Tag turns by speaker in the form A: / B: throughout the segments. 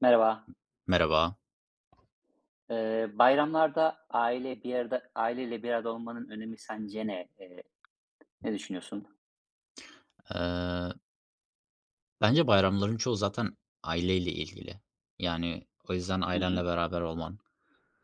A: Merhaba.
B: Merhaba.
A: Bayramlarda aileyle bir arada olmanın önemi sence ne? Ne düşünüyorsun?
B: Eee, Bence bayramların çoğu zaten aileyle ilgili. Yani o yüzden
A: Hı
B: ailenle
A: hı.
B: beraber olman,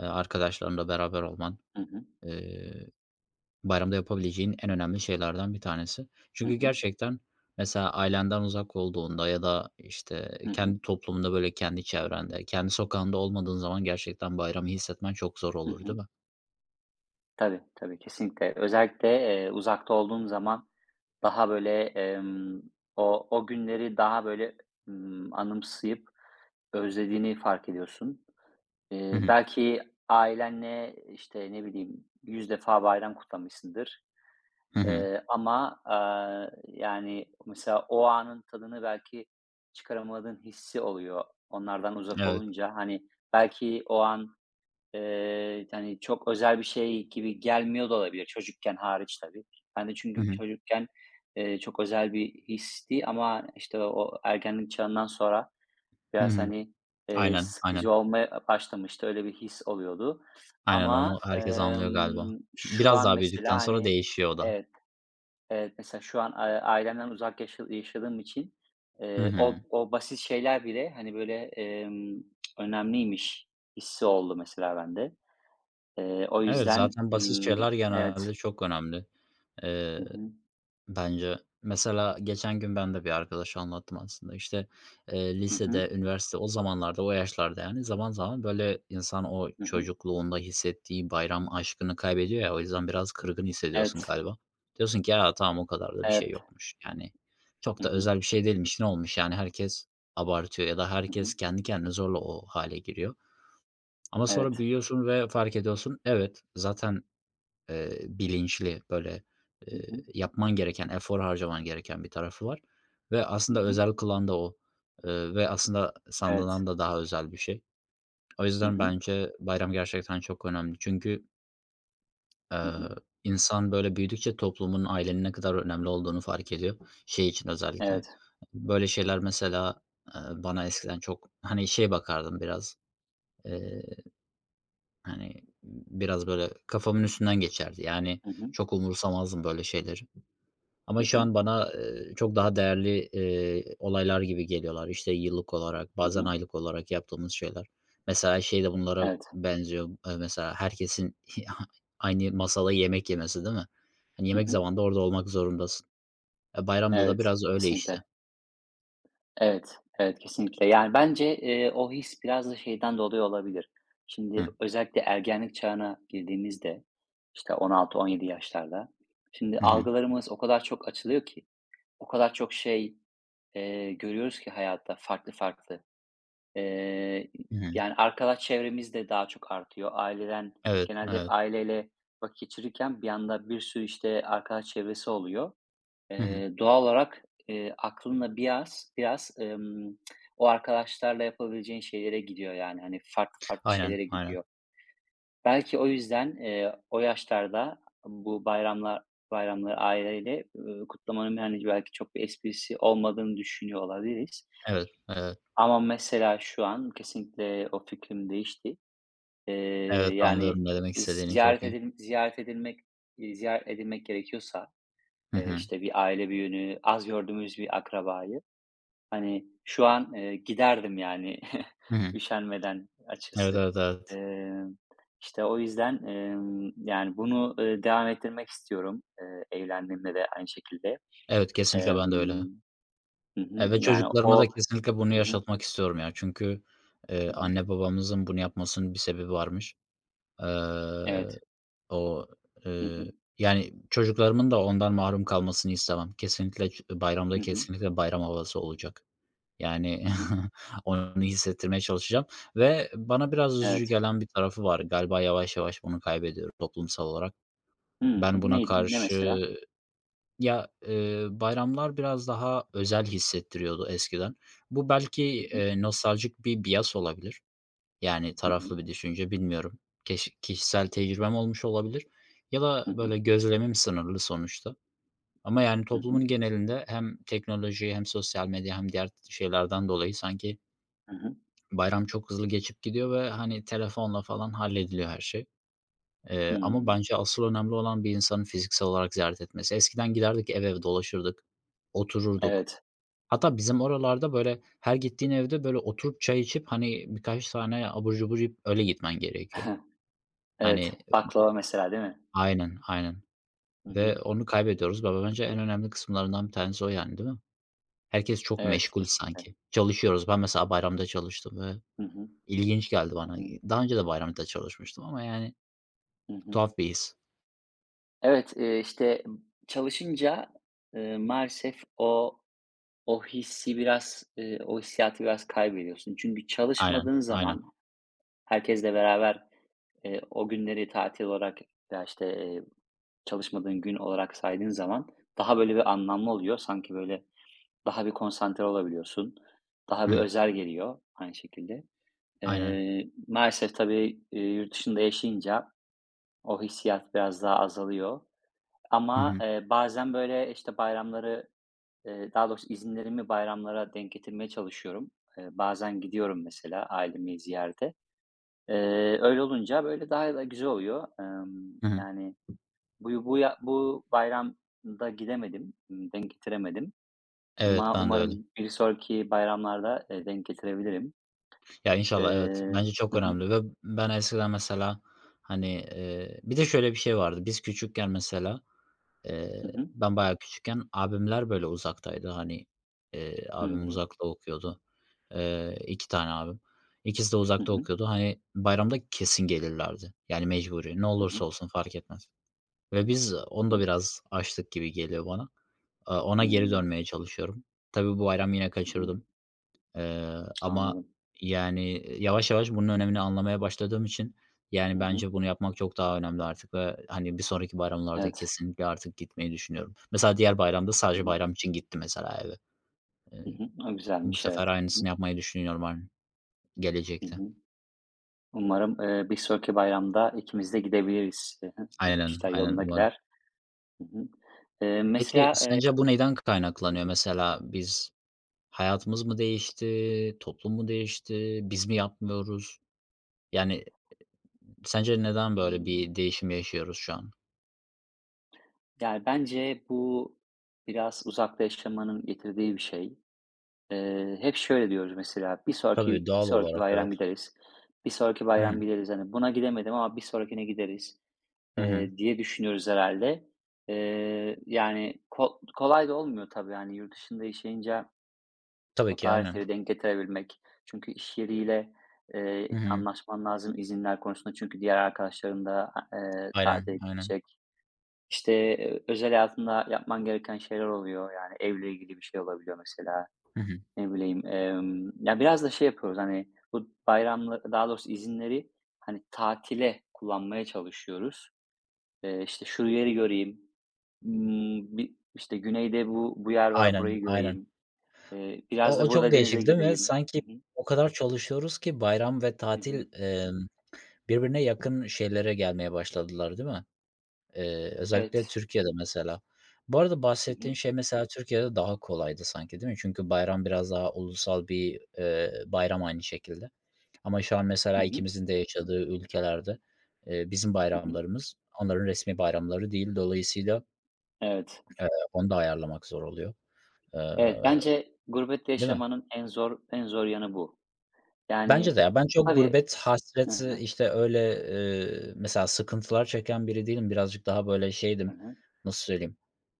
B: arkadaşlarınla beraber olman,
A: Hı hı.
B: eee, bayramda yapabileceğin en önemli şeylerden bir tanesi.
A: Hı
B: Çünkü
A: hı.
B: gerçekten mesela ailenden uzak olduğunda ya da işte
A: Hı hı.
B: kendi toplumunda böyle kendi çevrende, kendi sokağında olmadığın zaman gerçekten bayramı hissetmen çok zor
A: Hı
B: olur,
A: hı.
B: değil mi?
A: Tabii, tabii, kesinlikle. Özellikle, uzakta olduğun zaman daha böyle, o günleri daha böyle, anımsayıp özlediğini fark ediyorsun.
B: Hı hı.
A: Belki ailenle, işte, ne bileyim, 100 defa bayram kutlamışsındır.
B: Hı hı.
A: Ama, yani, mesela o anın tadını belki çıkaramadığın hissi oluyor onlardan uzak
B: Evet.
A: olunca. Hani, belki o an, hani, çok özel bir şey gibi gelmiyor da olabilir, çocukken hariç tabii. Ben de
B: Hı
A: çünkü
B: hı.
A: çocukken, çok özel bir histi, ama, işte, o ergenlik çağından sonra
B: Hı
A: biraz,
B: hı.
A: hani,
B: Aynen, aynen.
A: sıkıcı olmaya başlamıştı. Öyle bir his oluyordu,
B: Aynen, onu
A: ama,
B: herkes anlıyor galiba.
A: şu
B: Biraz
A: an
B: daha
A: mesela,
B: büyüdükten sonra
A: hani.
B: değişiyor o da.
A: Evet. Evet, mesela şu an, ailemden uzak yaşadığım için,
B: Hı hı.
A: o basit şeyler bile, hani, böyle, önemliymiş hissi oldu mesela bende. O
B: Evet,
A: yüzden,
B: zaten basit şeyler
A: evet.
B: genelde çok önemli.
A: Hı
B: Eee
A: hı.
B: Bence. Mesela geçen gün ben de bir arkadaşa anlattım aslında. İşte,
A: Hı hı.
B: lisede, üniversite o zamanlarda, o yaşlarda yani zaman zaman böyle insan o
A: Hı hı.
B: çocukluğunda hissettiği bayram aşkını kaybediyor ya, o yüzden biraz kırgın hissediyorsun
A: Evet.
B: galiba. Diyorsun ki "Ya, tamam o kadar da bir şey
A: Evet.
B: yokmuş." Yani çok
A: Hı
B: da
A: hı.
B: özel bir şey değilmiş. Ne olmuş yani herkes abartıyor ya da
A: Hı hı.
B: herkes kendi kendine zorla o hale giriyor. Ama sonra
A: Evet.
B: büyüyorsun ve fark ediyorsun, evet, zaten, bilinçli, böyle,
A: Hı hı.
B: yapman gereken, efor harcaman gereken bir tarafı var ve
A: Hı
B: aslında
A: hı.
B: özel kılan da o, ve aslında
A: Evet.
B: sandığından da daha özel bir şey. O
A: Hı
B: yüzden
A: hı.
B: bence bayram gerçekten çok önemli. Çünkü,
A: Hı
B: eee,
A: hı.
B: insan, böyle, büyüdükçe toplumun, ailenin ne kadar önemli olduğunu fark ediyor. Şey için özellikle.
A: Evet.
B: Böyle şeyler mesela, bana eskiden çok, hani, şey bakardım biraz, eee, hani, biraz, böyle, kafamın üstünden geçerdi. Yani
A: Hı hı.
B: çok umursamazdım böyle şeyleri.
A: Hı
B: Ama şu
A: hı.
B: an bana, çok daha değerli, olaylar gibi geliyorlar. İşte, yıllık olarak,
A: Hı
B: bazen
A: hı.
B: aylık olarak yaptığımız şeyler. Mesela şey de bunlara
A: Evet.
B: benziyor. Mesela herkesin aynı masada yemek yemesi, değil mi? Hani,
A: Hı
B: yemek
A: hı.
B: zamanında orada olmak zorundasın. E, bayramda da
A: Evet.
B: biraz öyle işte.
A: Kesinlikle. Evet, evet, kesinlikle. Yani bence, o his biraz da şeyden dolayı olabilir. Şimdi
B: Hı.
A: özellikle ergenlik çağına girdiğimizde, işte 16-17 yaşlarda, şimdi
B: Hı hı.
A: algılarımız o kadar çok açılıyor ki, o kadar çok şey, görüyoruz ki hayatta, farklı farklı. Eee,
B: Hı
A: yani arkadaş çevremiz de daha çok artıyor.
B: Evet,
A: Genelde hep
B: evet.
A: aileyle vakit geçirirken bir anda bir sürü işte arkadaş çevresi oluyor.
B: Hı hı.
A: Doğal olarak, aklınla biraz biraz, o arkadaşlarla yapabileceğin şeylere gidiyor yani, hani, farklı farklı
B: Aynen,
A: şeylere
B: aynen.
A: gidiyor. Belki o yüzden, o yaşlarda bu bayramlar bayramları aileyle, kutlamanın, hani, belki çok bir esprisi olmadığını düşünüyor olabiliriz.
B: Evet, evet.
A: Ama mesela şu an kesinlikle o fikrim değişti. Eee,
B: Evet,
A: yani,
B: anlıyorum ne demek
A: e,
B: istediğini çok
A: ziyaret
B: iyi.
A: edil ziyaret edilmek, ziyaret edilmek gerekiyorsa,
B: Hı hı.
A: işte, bir aile büyüğünü, az gördüğümüz bir akrabayı. Hani, şu an, giderdim yani
B: Hı hı.
A: üşenmeden
B: Evet,
A: açısı.
B: evet, evet.
A: Emm, işte, o yüzden, yani, bunu, devam ettirmek istiyorum, evlendiğimde de aynı şekilde.
B: Evet, kesinlikle ben de öyle.
A: Emm, hı hı,
B: Ve
A: yani,
B: çocuklarıma da
A: o.
B: kesinlikle bunu
A: Hı hı.
B: yaşatmak istiyorum ya. Çünkü,
A: Hı hı.
B: anne babamızın bunu yapmasının bir sebebi varmış. Eee,
A: Evet.
B: o,
A: Hı
B: eee,
A: hı.
B: yani, çocuklarımın da ondan mahrum kalmasını istemem. Kesinlikle ç bayramda
A: Hı hı.
B: kesinlikle bayram havası olacak. Yani,
A: Hı hı.
B: onu hissettirmeye çalışacağım ve bana biraz üzücü
A: Evet.
B: gelen bir tarafı var. Galiba yavaş yavaş bunu kaybediyoruz toplumsal olarak.
A: Hı
B: Ben
A: hı.
B: buna
A: Ney ne
B: karşı
A: mesela?
B: ya, bayramlar biraz daha özel hissettiriyordu eskiden. Bu belki,
A: Hı hı.
B: nostaljik bir bias olabilir. Yani
A: Hı hı.
B: taraflı bir düşünce bilmiyorum. Keş kişisel tecrübem olmuş olabilir ya da
A: Hı hı.
B: böyle gözlemim sınırlı sonuçta. Ama yani
A: Hı hı.
B: toplumun genelinde hem teknoloji hem sosyal medya hem diğer şeylerden dolayı sanki
A: Hı hı.
B: bayram çok hızlı geçip gidiyor ve, hani, telefonla falan hallediliyor her şey. Ama
A: Hımm,
B: bence asıl önemli olan bir insanın fiziksel olarak ziyaret etmesi. Eskiden giderdik, ev ev dolaşırdık, otururduk.
A: evet.
B: Hatta bizim oralarda, böyle, her gittiğin evde, böyle, oturup çay içip, hani, birkaç tane abur cubur yiyip öyle gitmen gerekiyor. Hani
A: Evet, baklava mesela, değil mi?
B: Aynen, aynen
A: Hı hı.
B: ve onu kaybediyoruz ve bence en önemli kısımlarından bir tanesi o yani, değil mi? Herkes çok
A: Evet,
B: meşgul
A: kesinlikle.
B: sanki. Çalışıyoruz. Ben mesela bayramda çalıştım ve
A: Hı hı.
B: ilginç geldi
A: Hı
B: bana.
A: hı.
B: Daha önce de bayramda çalışmıştım ama, yani,
A: Hı hı.
B: tuhaf bir his.
A: Evet, işte, çalışınca, maalesef o hissi biraz, o hissiyatı biraz kaybediyorsun. Çünkü
B: Aynen,
A: çalışmadığın
B: aynen.
A: zaman herkesle beraber, o günleri tatil olarak, ya işte, çalışmadığın gün olarak saydığın zaman daha böyle bir anlamlı oluyor. Sanki böyle daha bir konsantre olabiliyorsun. Daha bir
B: Hı.
A: özel geliyor aynı şekilde.
B: Aynen.
A: Maalesef tabii, yurt dışında yaşayınca o hissiyat biraz daha azalıyor.
B: Hı
A: Ama,
B: hı.
A: bazen, böyle, işte, bayramları, daha doğrusu izinlerimi bayramlara denk getirmeye çalışıyorum. Bazen gidiyorum mesela ailemi ziyarete. Öyle olunca, böyle, daha da güzel oluyor.
B: Hı hı.
A: Yani, bu bayramda gidemedim, denk getiremedim,
B: Evet,
A: ama
B: ben de öyle.
A: umarım bir sonraki bayramlarda, denk getirebilirim.
B: Ya, inşallah evet.
A: Eee
B: Bence çok
A: Hı hı.
B: önemli ve ben eskiden mesela, hani, bir de şöyle bir şey vardı. Biz küçükken mesela, eee,
A: Hı hı.
B: ben bayağı küçükken abimler böyle uzaktaydı. Hani, abim
A: Hımm.
B: uzakta okuyordu. 2 tane abim. İkisi de
A: Hı
B: uzakta
A: hı.
B: okuyordu. Hani, bayramda kesin gelirlerdi. Yani mecburi. Ne
A: Hı hı.
B: olursa olsun fark etmez ve biz
A: Hı
B: onu da
A: hı.
B: biraz aştık gibi geliyor bana. Aaa, ona geri
A: Hmm.
B: dönmeye çalışıyorum. Tabii bu bayram yine
A: Hı hı.
B: kaçırdım. Ama,
A: Anladım.
B: yani, yavaş yavaş bunun önemini anlamaya başladığım için,
A: Hı
B: yani,
A: hı.
B: bence bunu yapmak çok daha önemli artık ve, hani, bir sonraki bayramlarda
A: Evet.
B: kesinlikle artık gitmeyi düşünüyorum. Mesela diğer bayramda sadece bayram için gitti mesela eve. Eee,
A: Hı hı. O
B: bu
A: güzelmiş,
B: sefer
A: evet. Hı
B: aynısını
A: hı.
B: yapmayı düşünüyorum ar
A: Hı
B: gelecekte.
A: hı. Umarım, bir sonraki bayramda ikimiz de gidebiliriz. Hı hı.
B: Aynen,
A: İşler
B: aynen
A: yolunda
B: umarım.
A: gider. Hı hı.
B: Peki
A: Mesela,
B: sence bu neyden kaynaklanıyor? Mesela biz hayatımız mı değişti, toplum mu değişti, biz mi yapmıyoruz? Yani, sence neden böyle
A: ımm,
B: bir değişim yaşıyoruz şu an?
A: yani, bence bu biraz uzakta yaşamanın getirdiği bir şey. Hep şöyle diyoruz mesela,
B: Tabii,
A: Bir
B: doğal
A: sonraki
B: olarak,
A: bayram
B: evet.
A: gideriz, bir sonraki
B: Hı
A: bayram
B: hı.
A: gideriz." Hani, buna gidemedim ama bir sonrakine gideriz,
B: Hı hı.
A: diye düşünüyoruz herhalde. Yani, kolay da olmuyor tabii, yani, yurt dışında yaşayınca.
B: Tabii
A: O
B: ki, aynen.
A: tarihleri denk getirebilmek. Çünkü iş yeriyle,
B: Hı hı.
A: anlaşman lazım izinler konusunda. Çünkü diğer arkadaşların da, tatile
B: Aynen, aynen.
A: gidecek. İşte, özel hayatında yapman gereken şeyler oluyor. Yani evle ilgili bir şey olabiliyor mesela.
B: Hı hı.
A: Ne bileyim, ya, biraz da şey yapıyoruz, hani, bu bayramla, daha doğrusu izinleri, hani, tatile kullanmaya çalışıyoruz. İşte, "Şu yeri göreyim." Bi işte, "Güneyde bu yer var,
B: Aynen,
A: burayı
B: aynen.
A: göreyim." "Biraz
B: O
A: da
B: o çok
A: burada denize
B: değişik değil mi?
A: gireyim."
B: Sanki
A: Hı hı.
B: o kadar çalışıyoruz ki bayram ve
A: Hı hı.
B: tatil, birbirine yakın şeylere gelmeye başladılar, değil mi? Özellikle
A: Evet.
B: Türkiye'de mesela. Bu arada
A: Hı
B: bahsettiğin
A: hı.
B: şey mesela Türkiye'de daha kolaydı sanki, değil mi? Çünkü bayram biraz daha ulusal bir, bayram aynı şekilde. Ama şu an
A: Hı
B: mesela
A: hı.
B: ikimizin de yaşadığı ülkelerde, bizim
A: Hı hı.
B: bayramlarımız onların resmi bayramları değil. Dolayısıyla,
A: Evet.
B: onu da ayarlamak zor oluyor. Eee,
A: Evet, bence gurbette
B: değil mi?
A: yaşamanın en zor, en zor yanı bu.
B: Bence
A: Yani
B: de ya. Ben çok
A: tabii.
B: gurbet
A: Hı
B: hasreti,
A: hı.
B: işte, öyle, mesela sıkıntılar çeken biri değilim. Birazcık daha, böyle,
A: Hı
B: şeydim,
A: hı.
B: nasıl söyleyeyim,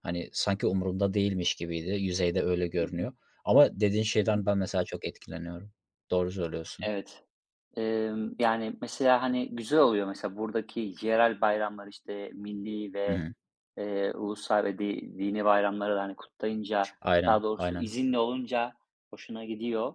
B: hani, sanki umurumda değilmiş gibiydi. Yüzeyde öyle
A: Hı hı.
B: görünüyor. Ama dediğin
A: Hı hı.
B: şeyden ben mesela çok etkileniyorum. Doğru söylüyorsun.
A: Evet. Yani, mesela, hani, güzel oluyor mesela buradaki yerel bayramlar, işte, milli
B: Hı
A: ve
B: hı.
A: Ulusal ve dini bayramları da, hani, kutlayınca,
B: Aynen,
A: daha doğrusu
B: aynen,
A: izinli olunca hoşuna gidiyor,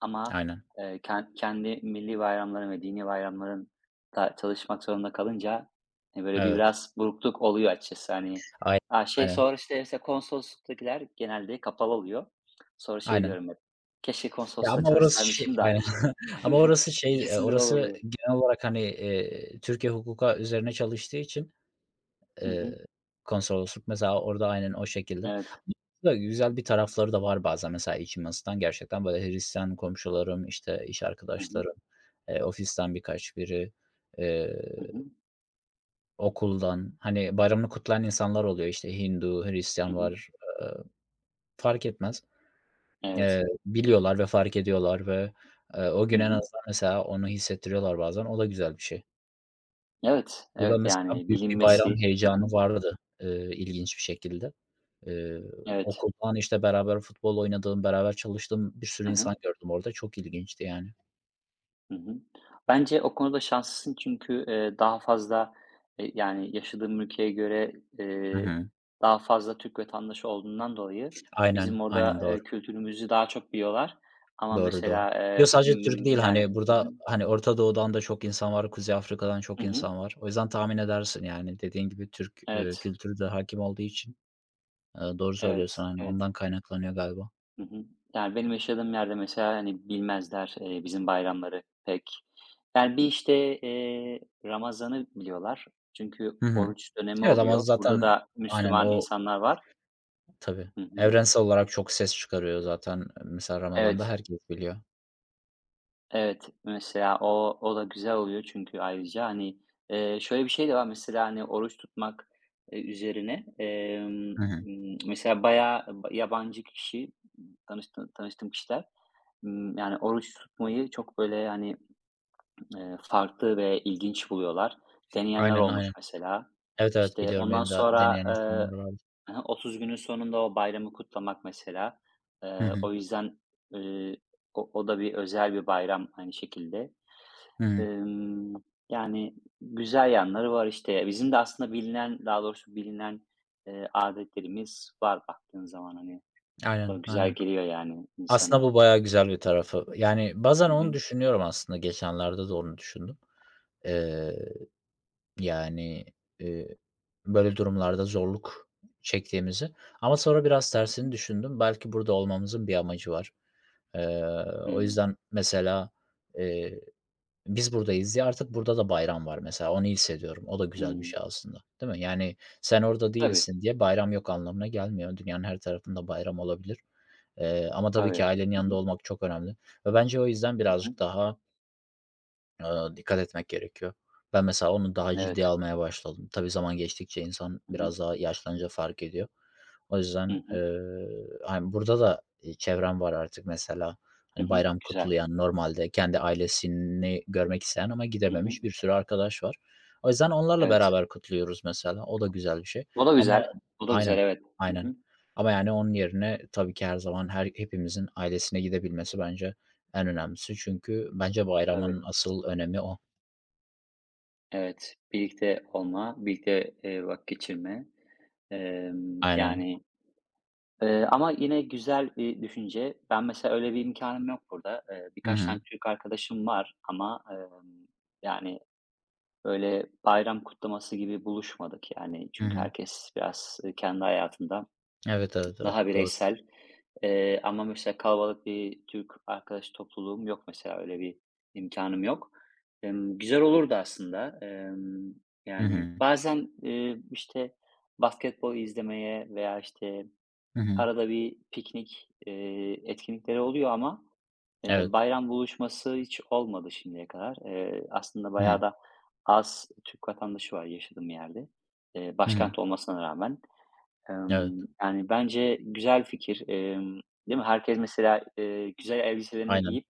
A: ama,
B: aynen.
A: kendi milli bayramların ve dini bayramların da çalışmak zorunda kalınca, hani, böyle bir
B: Evet.
A: biraz burukluk oluyor açıkçası, hani.
B: Ay
A: Şey,
B: aynen,
A: sonra, işte, mesela konsolosluklakiler genelde kapalı oluyor. Sonra şey
B: aynen.
A: diyorum hep, "Keşke
B: Ya,
A: konsolosluğa
B: ama orası şey
A: çalışsaymışım da
B: Aynen. Ama orası şey,
A: ikisinde de
B: orası
A: olurdu."
B: genel olarak, hani, Türkiye hukuka üzerine çalıştığı için
A: Hı hı.
B: Eee, konsolosluk mesela orada aynen o şekilde.
A: Evet.
B: Ama Güzel bir tarafları da var bazen mesela içimi ısıtan gerçekten böyle Hristiyan komşularım, işte, iş
A: Hı hı.
B: arkadaşlarım, ofisten birkaç biri,
A: Hı
B: eee,
A: hı.
B: okuldan, hani, bayramını kutlayan insanlar oluyor, işte, Hindu,
A: Hı
B: Hristiyan
A: hı.
B: var, fark etmez.
A: Evet.
B: Biliyorlar ve fark ediyorlar ve, o
A: Hı
B: gün en
A: hı.
B: azından mesela onu hissettiriyorlar bazen, o da güzel bir şey.
A: Evet,
B: Burada
A: evet,
B: mesela
A: yani
B: büyük bir bayram
A: bilinmesi. Hı
B: heyecanı
A: hı.
B: vardı, ilginç bir şekilde. Eee,
A: Evet.
B: okuldan, işte, beraber futbol oynadığım, beraber çalıştığım bir sürü
A: Hı hı.
B: insan gördüm orada. Çok ilginçti yani.
A: Hı hı. Bence o konuda şanslısın, çünkü, daha fazla, yani yaşadığım ülkeye göre,
B: Hı
A: eee,
B: hı.
A: daha fazla Türk vatandaşı olduğundan dolayı
B: Aynen,
A: bizim
B: aynen
A: orada,
B: doğru.
A: kültürümüzü daha çok biliyorlar. Ama
B: Doğru, doğru.
A: mesela,
B: Yo, sadece Türk değil,
A: yani.
B: hani,
A: Hı
B: burada,
A: hı.
B: hani, Orta Doğu'dan da çok insan var, Kuzey Afrika'dan çok
A: Hı hı.
B: insan var. O yüzden tahmin edersin yani. Dediğin gibi Türk,
A: Evet,
B: kültürü de hakim olduğu için, doğru
A: evet,
B: söylüyorsun, hani,
A: evet, evet.
B: ondan kaynaklanıyor galiba.
A: Hı hı. Yani, benim yaşadığım yerde mesela, hani, bilmezler, bizim bayramları pek. Yani, bir, işte, Ramazan'ı biliyorlar, çünkü
B: Hı hı.
A: oruç dönemi
B: Evet ama
A: oluyor. Burada
B: zaten
A: da
B: aynen
A: Müslüman
B: o
A: insanlar var.
B: Tabii.
A: Hı hı.
B: Evrensel olarak çok ses çıkarıyor zaten. Mesela Ramazan'da
A: Evet,
B: herkes biliyor.
A: evet. Mesela o da güzel oluyor, çünkü ayrıca, hani, şöyle bir şey de var mesela, hani, oruç tutmak, üzerine,
B: Hı hı.
A: mesela bayağı yabancı kişi, tanıştığım kişiler, yani, oruç tutmayı çok, böyle, hani. Farklı ve ilginç buluyorlar. Deneyenler
B: Aynen,
A: olmuş
B: aynen.
A: mesela.
B: Evet, evet
A: İşte,
B: biliyorum
A: ondan
B: benim de
A: sonra,
B: deneyen insanlar vardı.
A: hı 30 günün sonunda o bayramı kutlamak mesela.
B: Hı hı.
A: O yüzden, eee, o da bir özel bir bayram aynı şekilde.
B: Hı hı.
A: Emm, yani, güzel yanları var, işte. Bizim de aslında bilinen, daha doğrusu bilinen, adetlerimiz var baktığın zaman, hani.
B: Aynen,
A: O güzel
B: aynen.
A: geliyor yani
B: Aslında
A: insana.
B: bu bayağı güzel bir tarafı. Yani bazen
A: Hı
B: onu
A: hı.
B: düşünüyorum aslında geçenlerde de onu düşündüm. Eee, yani, eee, böyle durumlarda zorluk çektiğimizi ama sonra biraz
A: Hı
B: tersini
A: hı.
B: düşündüm. Belki burada olmamızın bir amacı var. Eee, o yüzden mesela, eee Biz buradayız diye artık burada da bayram var mesela, onu hissediyorum. O da güzel bir şey aslında, değil mi? Yani sen orada
A: Tabii,
B: değilsin diye bayram yok anlamına gelmiyor. Dünyanın her tarafında bayram olabilir. Ama tabii
A: tabii.
B: ki ailenin
A: Hı
B: yanında
A: hı.
B: olmak çok önemli ve bence o yüzden
A: Hı hı.
B: birazcık daha, Aaa, dikkat etmek gerekiyor. Ben mesela onu daha ciddiye
A: Evet.
B: almaya başladım. Tabii zaman geçtikçe insan
A: Hı hı.
B: biraz daha yaşlanınca fark ediyor. O
A: Hı
B: yüzden,
A: hı.
B: hani, burada da, çevrem var artık mesela.
A: Hı
B: Hani,
A: hı.
B: bayram
A: Güzel.
B: kutlayan, normalde kendi ailesini görmek isteyen ama
A: Hı hı.
B: gidememiş bir sürü arkadaş var. O yüzden onlarla
A: Evet.
B: beraber kutluyoruz mesela. O da güzel bir şey
A: O da
B: ama
A: güzel. O da güzel,
B: Aynen,
A: evet. Hı
B: aynen.
A: hı.
B: Ama yani onun yerine tabii ki her zaman her hepimizin ailesine gidebilmesi bence en önemlisi çünkü bence
A: Tabii.
B: bayramın asıl önemi o.
A: Evet. Birlikte olma, birlikte, vakit geçirme.
B: Aynen.
A: Yani, ama yine güzel bir düşünce. Ben mesela öyle bir imkanım yok burada.
B: Hı
A: Birkaç tane
B: hı.
A: Türk arkadaşım var, ama, yani, öyle bayram kutlaması gibi buluşmadık, yani.
B: Hı
A: Çünkü
B: hı.
A: herkes biraz, kendi hayatında
B: Evet, evet, evet.
A: daha
B: Doğru.
A: bireysel. Ama mesela kalabalık bir Türk arkadaş topluluğum yok mesela, öyle bir imkânım yok. Güzel olurdu aslında.
B: Hı
A: Yani
B: hı.
A: bazen, işte, basketbol izlemeye veya, işte,
B: Hı hı.
A: arada bir piknik, etkinlikleri oluyor, ama,
B: Evet.
A: bayram buluşması hiç olmadı şimdiye kadar. Aslında
B: Hı
A: bayağı
B: hı.
A: da az Türk vatandaşı var yaşadığım yerde,
B: Hı hı.
A: başkent olmasına rağmen.
B: Evet.
A: Yani, bence güzel fikir. Değil mi? Herkes mesela, güzel elbiselerini
B: Aynen.
A: giyip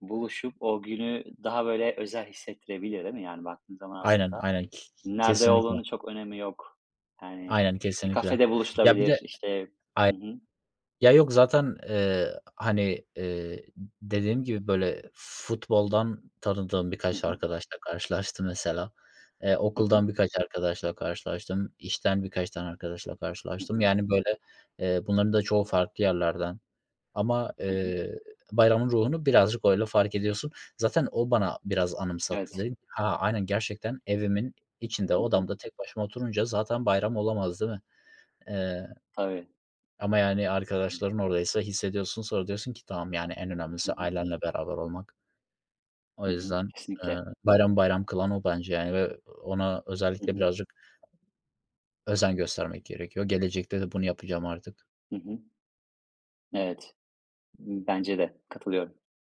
A: buluşup o günü daha böyle özel hissettirebilir, değil mi? Yani, baktığın zaman
B: Aynen,
A: aslında
B: aynen. K
A: nerede
B: kesinlikle.
A: olduğunun çok önemi yok. Yani,
B: Aynen,
A: bir
B: kesinlikle.
A: kafede
B: Ya, bir
A: buluşulabilir,
B: de
A: işte. Hı hı.
B: Ya, yok zaten, hani, dediğim gibi, böyle, futboldan tanıdığım
A: Hı
B: birkaç
A: hı.
B: arkadaşla karşılaştım mesela.
A: Hı hı.
B: Okuldan birkaç arkadaşla karşılaştım, işten birkaç tane arkadaşla
A: Hı
B: karşılaştım.
A: hı.
B: Yani, böyle, bunların da çoğu farklı yerlerden ama,
A: Hı hı.
B: bayramın ruhunu birazcık öyle fark ediyorsun. Zaten o bana biraz anımsattı.
A: Evet.
B: Dedim "Ha, aynen gerçekten evimin içinde,
A: Hı hı.
B: odamda tek başıma oturunca zaten bayram olamaz, değil mi?" Eee
A: Tabii.
B: ama yani
A: Hı hı.
B: arkadaşların oradaysa hissediyorsun. Sonra diyorsun ki tamam, yani en
A: Hı
B: önemlisi
A: hı.
B: ailenle beraber olmak. O
A: Hı hı.
B: yüzden,
A: Kesinlikle.
B: bayram bayram kılan o bence yani ve ona
A: Hı
B: özellikle
A: hı.
B: birazcık özen göstermek gerekiyor. Gelecekte de bunu yapacağım artık.
A: Hı hı. Evet. Bence de. Katılıyorum.